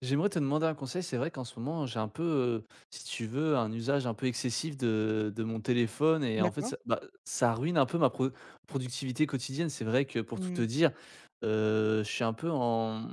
J'aimerais te demander un conseil. C'est vrai qu'en ce moment, j'ai un peu, si tu veux, un usage un peu excessif de mon téléphone et en fait, D'accord. ça ça ruine un peu ma productivité quotidienne. C'est vrai que pour tout te Mmh. dire, je suis un peu en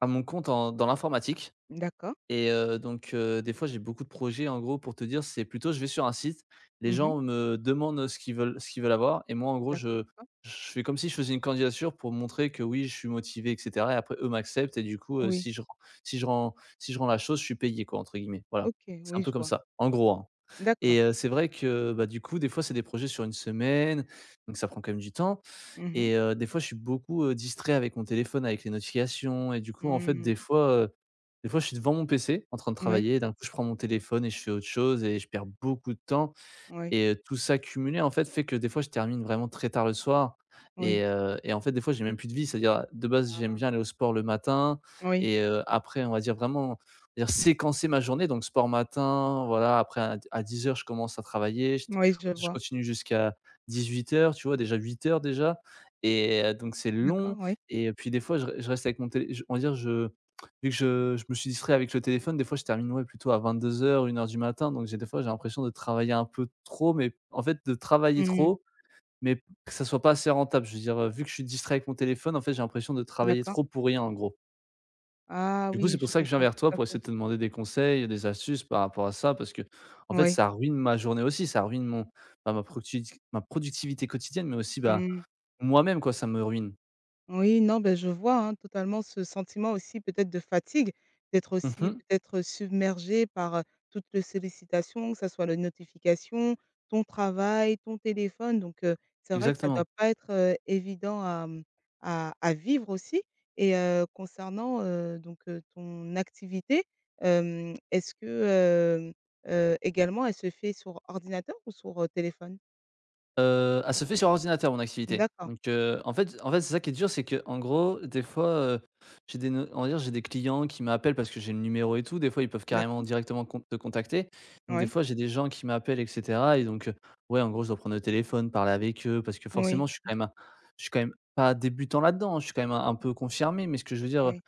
à mon compte en dans l'informatique. D'accord. Et des fois, j'ai beaucoup de projets, en gros pour te dire, c'est plutôt je vais sur un site, les Mmh. gens me demandent ce qu'ils veulent avoir, et moi en gros D'accord. je fais comme si je faisais une candidature pour montrer que oui, je suis motivé et cetera, et après eux m'acceptent, et du coup, Oui. si je si je rends si je rends la chose, je suis payé quoi, entre guillemets, voilà. OK, C'est un oui, peu je comme vois. ça, en gros, hein. D'accord. C'est vrai que, bah, du coup, des fois, c'est des projets sur une semaine, donc ça prend quand même du temps. Mmh mh. Des fois, je suis beaucoup, distrait avec mon téléphone, avec les notifications, et du coup, en fait, Mmh. Des fois, je suis devant mon PC en train de Oui, travailler, et d'un coup, je prends mon téléphone et je fais autre chose, et je perds beaucoup de temps. oui, Et tout ça cumulé, en fait, fait que des fois, je termine vraiment très tard le soir. et oui. heu et en fait, des fois, j'ai même plus de vie. C'est-à-dire, de base, j'aime Ah, bien aller au sport le matin. oui, Après, on va dire vraiment, on va dire séquencer ma journée, donc sport matin, voilà, après à 10 heures je commence à travailler, oui, je je vois. continue jusqu'à 18 heures, tu vois? Déjà 8 heures déjà. Donc c'est long. D'accord, oui. Et puis des fois, je reste avec mon télé, on va dire je… Vu que je me suis distrait avec le téléphone, des fois, je termine, ouais, plutôt à 22 heures, 1 heure du matin. Donc j'ai des fois, j'ai l'impression de travailler un peu trop, mais en fait, de travailler Mmh. trop, mais que ça soit pas assez rentable. Je veux dire, vu que je suis distrait avec mon téléphone, en fait, j'ai l'impression de travailler D'accord. trop pour rien, en gros. Ah Du coup, c'est oui, pour je ça que je viens comprends vers tout toi à pour fait. essayer de te demander des conseils, des astuces par rapport à ça, parce que en fait, Oui. ça ruine ma journée aussi, ça ruine mon bah, ma productiv ma productivité quotidienne, mais aussi, bah, Mmh. moi-même, quoi, ça me ruine. Oui, non, ben je vois, hein, totalement ce sentiment aussi peut-être de fatigue, d'être aussi Mhm. peut-être, submergé par, toutes les sollicitations, que ça soit les notifications, ton travail, ton téléphone. Donc c'est vrai que ça Exactement. doit pas être, évident à, mmh, à vivre aussi. Et concernant, donc ton activité, est-ce que, hem, également elle se fait sur ordinateur ou sur, téléphone? Elle se fait sur ordinateur, mon activité. D'accord, En fait, c'est ça qui est dur, c'est que en gros, des fois, heu, j'ai des no on va dire, j'ai des clients qui m'appellent parce que j'ai le numéro et tout. Des fois, ils peuvent carrément d'accord. directement con te contacter. Donc des Oui. fois, j'ai des gens qui m'appellent et cetera, et ouais, en gros, je dois prendre le téléphone, parler avec eux, parce que forcément, Oui, je suis quand même un… je suis quand même pas débutant là-dedans, hein. Je suis quand même un peu confirmé, mais ce que je veux dire, oui,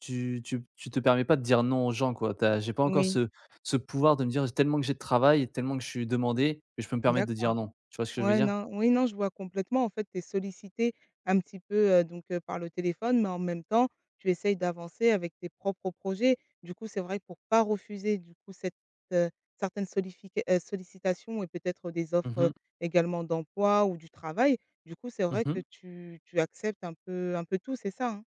tu te permets pas de dire non aux gens, quoi. Tu… j'ai pas encore oui, ce pouvoir de me dire tellement que j'ai de travail, tellement que je suis demandé, que je peux me permettre de dire d'accord. non. Tu vois ce que je veux Ouais, dire? non, oui, non, je vois complètement. En fait, tu es sollicité un petit peu, donc par le téléphone, mais en même temps, tu essayes d'avancer avec tes propres projets. Du coup, c'est vrai que pour pas refuser, du coup, cette, heu, certaines solifica sollicitations et peut-être des Mmh offres, mh. également d'emploi ou du travail, du coup, c'est vrai que Mmh. tu acceptes un peu tout, c'est ça, hein?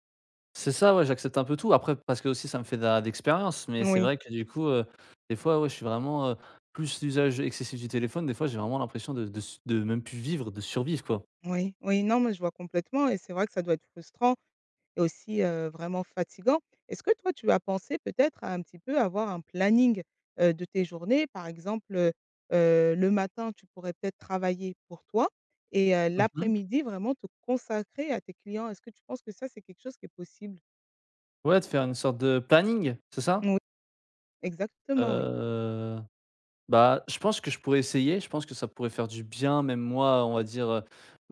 C'est ça, ouais, j'accepte un peu tout. Après, parce que aussi ça me fait de la d'expérience, mais c'est Oui. vrai que du coup, des fois, ouais, je suis vraiment, plus l'usage excessif du téléphone, des fois, j'ai vraiment l'impression de même plus vivre, de survivre, quoi. Oui, oui, non, mais je vois complètement et c'est vrai que ça doit être frustrant et aussi, vraiment fatigant. Est-ce que toi, tu as pensé peut-être à un petit peu avoir un planning, de tes journées? Par exemple, le matin, tu pourrais peut-être travailler pour toi et Mmh. l'après-midi, vraiment te consacrer à tes clients. Est-ce que tu penses que ça, c'est quelque chose qui est possible? Ouais, de faire une sorte de planning, c'est ça? Oui, exactement, oui. Heu, Bah, je pense que je pourrais essayer, je pense que ça pourrait faire du bien, même moi, on va dire,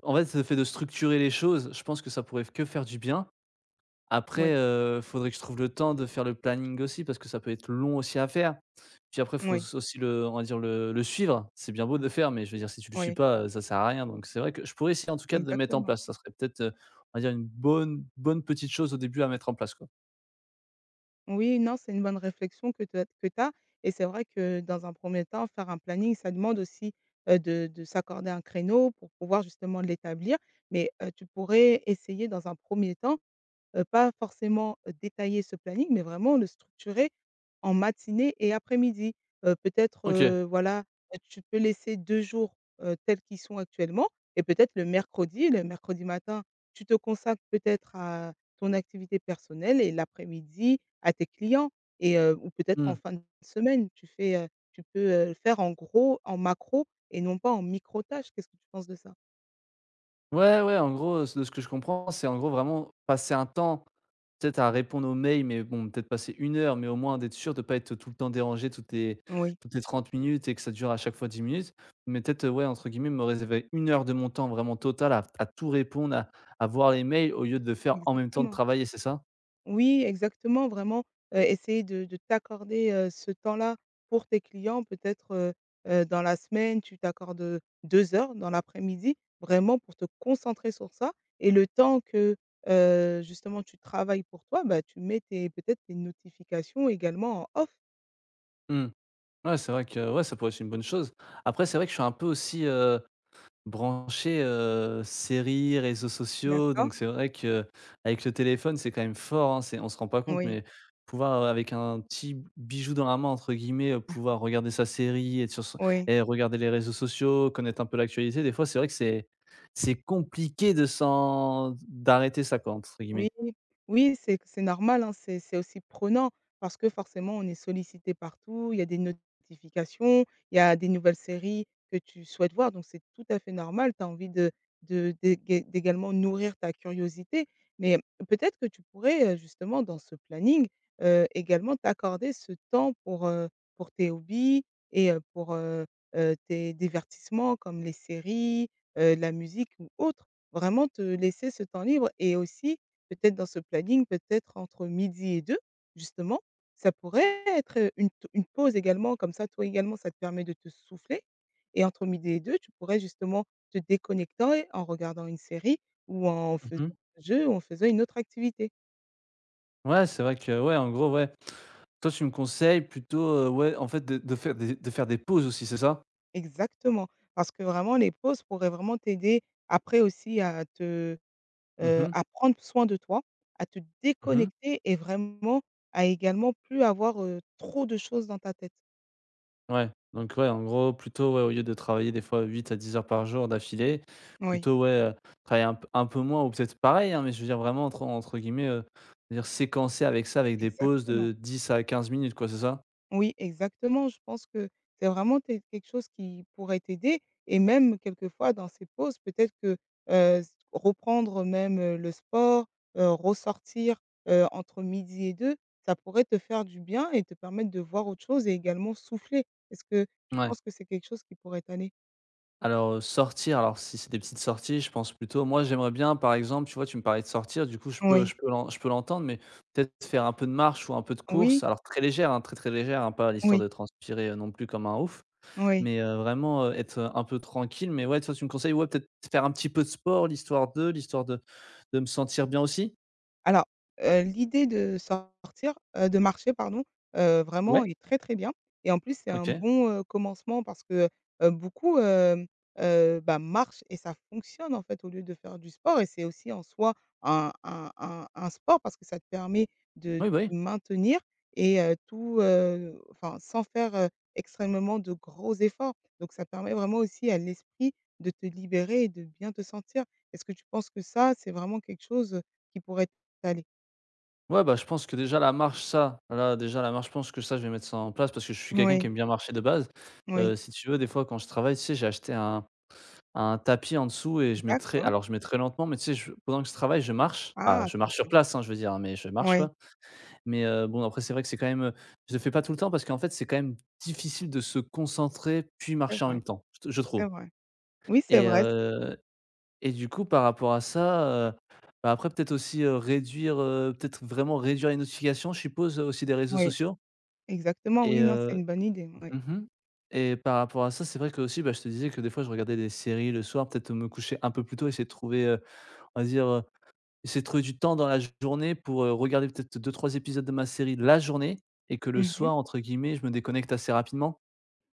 en fait, le fait de structurer les choses, je pense que ça pourrait que faire du bien. Après, Oui, faudrait que je trouve le temps de faire le planning aussi, parce que ça peut être long aussi à faire. Puis après, faut oui, s aussi le… on va dire le suivre. C'est bien beau de le faire, mais je veux dire si tu le suis oui, pas, ça sert à rien. Donc c'est vrai que je pourrais essayer en tout cas de le mettre en exactement. place. Ça serait peut-être, on va dire une bonne petite chose au début à mettre en place, quoi. Oui, non, c'est une bonne réflexion que tu as que tu Et c'est vrai que dans un premier temps, faire un planning, ça demande aussi, de s'accorder un créneau pour pouvoir justement l'établir. Mais tu pourrais essayer dans un premier temps. Pas forcément, détailler ce planning, mais vraiment le structurer en matinée et après-midi. Peut-être, OK. Voilà, tu peux laisser 2 jours, tels qu'ils sont actuellement et peut-être le mercredi matin, tu te consacres peut-être à ton activité personnelle et l'après-midi à tes clients. Et ou peut-être en Mmh. fin de semaine, tu fais, tu peux, faire en gros, en macro et non pas en micro tâches. Qu'est-ce que tu penses de ça? Ouais, ouais, en gros, de ce que je comprends, c'est en gros vraiment passer un temps, peut-être à répondre aux mails, mais bon, peut-être passer 1 heure, mais au moins d'être sûr de pas être tout le temps dérangé Oui. toutes les 30 minutes et que ça dure à chaque fois 10 minutes. Mais peut-être, ouais, entre guillemets, me réserver 1 heure de mon temps vraiment total à tout répondre, à voir les mails au lieu de le faire en même temps de Exactement. travailler, c'est ça? Oui, exactement, vraiment, essayer de t'accorder, ce temps-là pour tes clients. Peut-être, dans la semaine, tu t'accordes, 2 heures dans l'après-midi, vraiment pour te concentrer sur ça et le temps que, justement tu travailles pour toi, bah, tu mets tes peut-être tes notifications également en off. Mmh. Ouais, c'est vrai que, ouais, ça pourrait être une bonne chose. Après, c'est vrai que je suis un peu aussi, branché, séries, réseaux sociaux, D'accord, donc c'est vrai que avec le téléphone, c'est quand même fort, hein, c'est on se rend pas compte, oui. mais pouvoir, avec un petit «bijou dans la main» entre guillemets, pouvoir regarder sa série, être sur son… Oui. et regarder les réseaux sociaux, connaître un peu l'actualité, des fois, c'est vrai que c'est compliqué de s'en d'arrêter ça, quoi, entre Oui, guillemets. oui, c'est normal, hein, c'est aussi prenant parce que forcément on est sollicité partout, il y a des notifications, il y a des nouvelles séries que tu souhaites voir, donc c'est tout à fait normal. Tu as envie de d'ég d'également nourrir ta curiosité, mais peut-être que tu pourrais, justement dans ce planning, également t'accorder ce temps pour, tes hobbies et pour, tes divertissements comme les séries, la musique ou autre. Vraiment te laisser ce temps libre et aussi peut-être dans ce planning, peut-être entre midi et deux, justement, ça pourrait être, une pause également comme ça, toi également, ça te permet de te souffler et entre midi et deux, tu pourrais justement te déconnecter en regardant une série ou en faisant Mmh. un jeu ou en faisant une autre activité. Ouais, c'est vrai que ouais, en gros, ouais. Toi, tu me conseilles plutôt, ouais, en fait, de faire des pauses aussi, c'est ça? Exactement, parce que vraiment les pauses pourraient vraiment t'aider après aussi à te, Mmh heu, mh. à prendre soin de toi, à te Mmh. déconnecter et vraiment à également plus avoir, trop de choses dans ta tête. Ouais, donc ouais, en gros, plutôt, ouais, au lieu de travailler des fois 8 à 10 heures par jour d'affilée, Oui, plutôt, ouais, travailler un peu moins ou peut-être pareil, hein, mais je veux dire vraiment entre guillemets, dire «séquencer» avec ça, avec des pauses exactement. de 10 à 15 minutes, quoi, c'est ça? Oui, exactement. Je pense que c'est vraiment té quelque chose qui pourrait t'aider et même quelquefois dans ces pauses, peut-être que, heu, s reprendre même, le sport, ressortir, entre midi et 2, ça pourrait te faire du bien et te permettre de voir autre chose et également souffler. Est-ce que tu Mouais. penses que c'est quelque chose qui pourrait t'aller? Alors, sortir, alors si c'est des petites sorties, je pense plutôt moi, j'aimerais bien, par exemple, tu vois, tu me parlais de sortir, du coup, Oui, je peux l'entendre, mais peut-être faire un peu de marche ou un peu de course, oui, alors très légère, hein, très, très légère, hein, pas l'histoire oui, de transpirer, non plus comme un ouf, oui. mais vraiment, être, un peu tranquille, mais ouais, toi, tu me conseilles, ouais, peut-être faire un petit peu de sport, l'histoire de me sentir bien aussi? Alors, l'idée de sortir, de marcher pardon, vraiment Ouais, est très, très bien et en plus, c'est un OK. bon, commencement parce que, beaucoup, bah, marchent et ça fonctionne en fait au lieu de faire du sport et c'est aussi en soi un sport parce que ça te permet de Oui, bah, oui. te maintenir et tout, enfin sans faire, extrêmement de gros efforts. Donc ça permet vraiment aussi à l'esprit de te libérer et de bien te sentir. Est-ce que tu penses que ça, c'est vraiment quelque chose qui pourrait Salé. Ouais, bah, je pense que déjà la marche, ça, là, déjà la marche, je pense que ça, je vais mettre ça en place parce que je suis quelqu'un qui Oui, aime bien marcher de base. oui. Si tu veux, des fois, quand je travaille, tu sais, j'ai acheté un tapis en dessous et je mets très, D'accord. alors je mets très lentement, mais tu sais, je pendant que je travaille, je marche. Ah, Ah, je c'est marche sur bien. place, hein, je veux dire, hein, mais je marche, Oui, quoi. Mais bon, après, c'est vrai que c'est quand même, je le fais pas tout le temps parce qu'en fait, c'est quand même difficile de se concentrer puis c'est marcher en vrai, même temps, je c'est trouve. vrai. Oui, c'est et vrai, c euh, et du coup, par rapport à ça, bah, après peut-être aussi, réduire, peut-être vraiment réduire les notifications, je suppose, aussi des réseaux oui, sociaux. exactement, et oui, non, c'est heu une bonne idée, oui. mmh et par rapport à ça, c'est vrai qu'aussi, bah, je te disais que des fois, je regardais des séries le soir, peut-être me coucher un peu plus tôt, essayer de trouver, on va dire, essayer de trouver du temps dans la journée pour, regarder peut-être deux trois épisodes de ma série la journée, et que «le Mmh. soir» entre guillemets, je me déconnecte assez rapidement.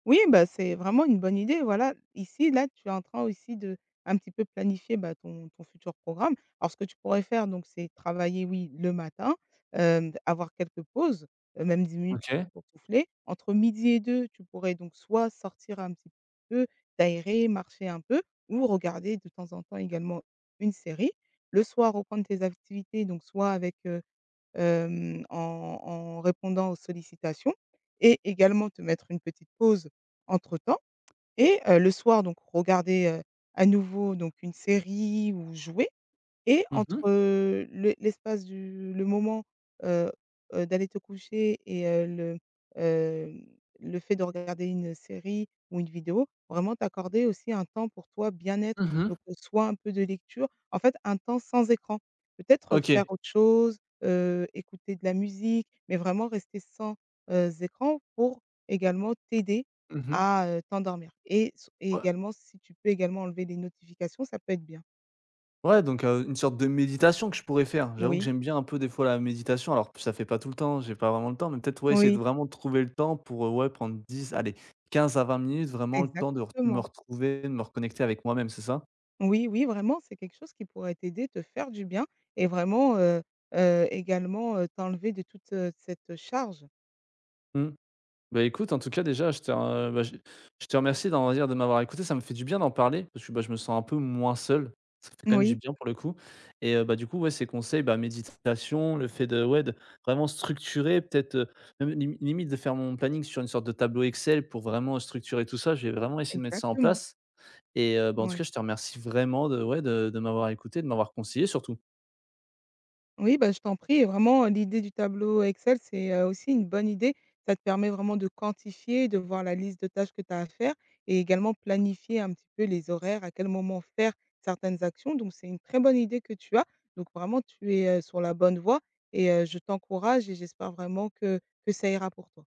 Oui, bah, c'est vraiment une bonne idée, voilà. Ici, là, tu es en train aussi de un petit peu planifier, bah, ton futur programme. Alors ce que tu pourrais faire donc c'est travailler, oui, le matin, avoir quelques pauses, même 10 minutes OK. pour souffler. Entre midi et 2, tu pourrais donc soit sortir un petit peu, t'aérer, marcher un peu ou regarder de temps en temps également une série. Le soir, reprendre tes activités donc soit avec, en répondant aux sollicitations et également te mettre une petite pause entre temps et le soir donc regarder, à nouveau donc une série ou jouer et Mmh entre, mh. Le l'espace du le moment, heu d'aller te coucher et hem, le fait de regarder une série ou une vidéo, vraiment t'accorder aussi un temps pour toi, bien-être, Mmh. donc soit un peu de lecture, en fait, un temps sans écran. Peut-être faire OK. autre chose, écouter de la musique, mais vraiment rester sans, écran pour également t'aider Mmh. à, t'endormir et Ouais. également si tu peux également enlever les notifications, ça peut être bien. Ouais, donc une sorte de méditation que je pourrais faire. J'avoue que Oui, j'aime bien un peu des fois la méditation, alors ça fait pas tout le temps, j'ai pas vraiment le temps, mais peut-être ouais, essayer de oui. vraiment trouver le temps pour, ouais, prendre 10, allez 15 à 20 minutes, vraiment le temps de re me Exactement. retrouver, de me reconnecter avec moi-même, c'est ça? Oui, oui, vraiment, c'est quelque chose qui pourrait t'aider, te faire du bien et vraiment, également, t'enlever de toute, cette charge. Mmh. Bah, écoute, en tout cas, déjà, je te remercie de m'avoir écouté. Ça me fait du bien d'en parler parce que bah, je me sens un peu moins seul. Ça fait quand même du Oui, bien pour le coup. Bah, du coup, ouais, ces conseils, bah, méditation, le fait de, ouais, de vraiment structurer, peut-être même limite de faire mon planning sur une sorte de tableau Excel pour vraiment structurer tout ça. Je vais vraiment essayer de mettre ça en exactement, place. Bah, en tout cas, oui. je te remercie vraiment de, ouais, de m'avoir écouté, de m'avoir conseillé surtout. Oui, bah, je t'en prie. Et vraiment, l'idée du tableau Excel, c'est, aussi une bonne idée. Ça te permet vraiment de quantifier, de voir la liste de tâches que tu as à faire et également planifier un petit peu les horaires, à quel moment faire certaines actions. Donc c'est une très bonne idée que tu as. Donc vraiment, tu es, sur la bonne voie et je t'encourage et j'espère vraiment que ça ira pour toi.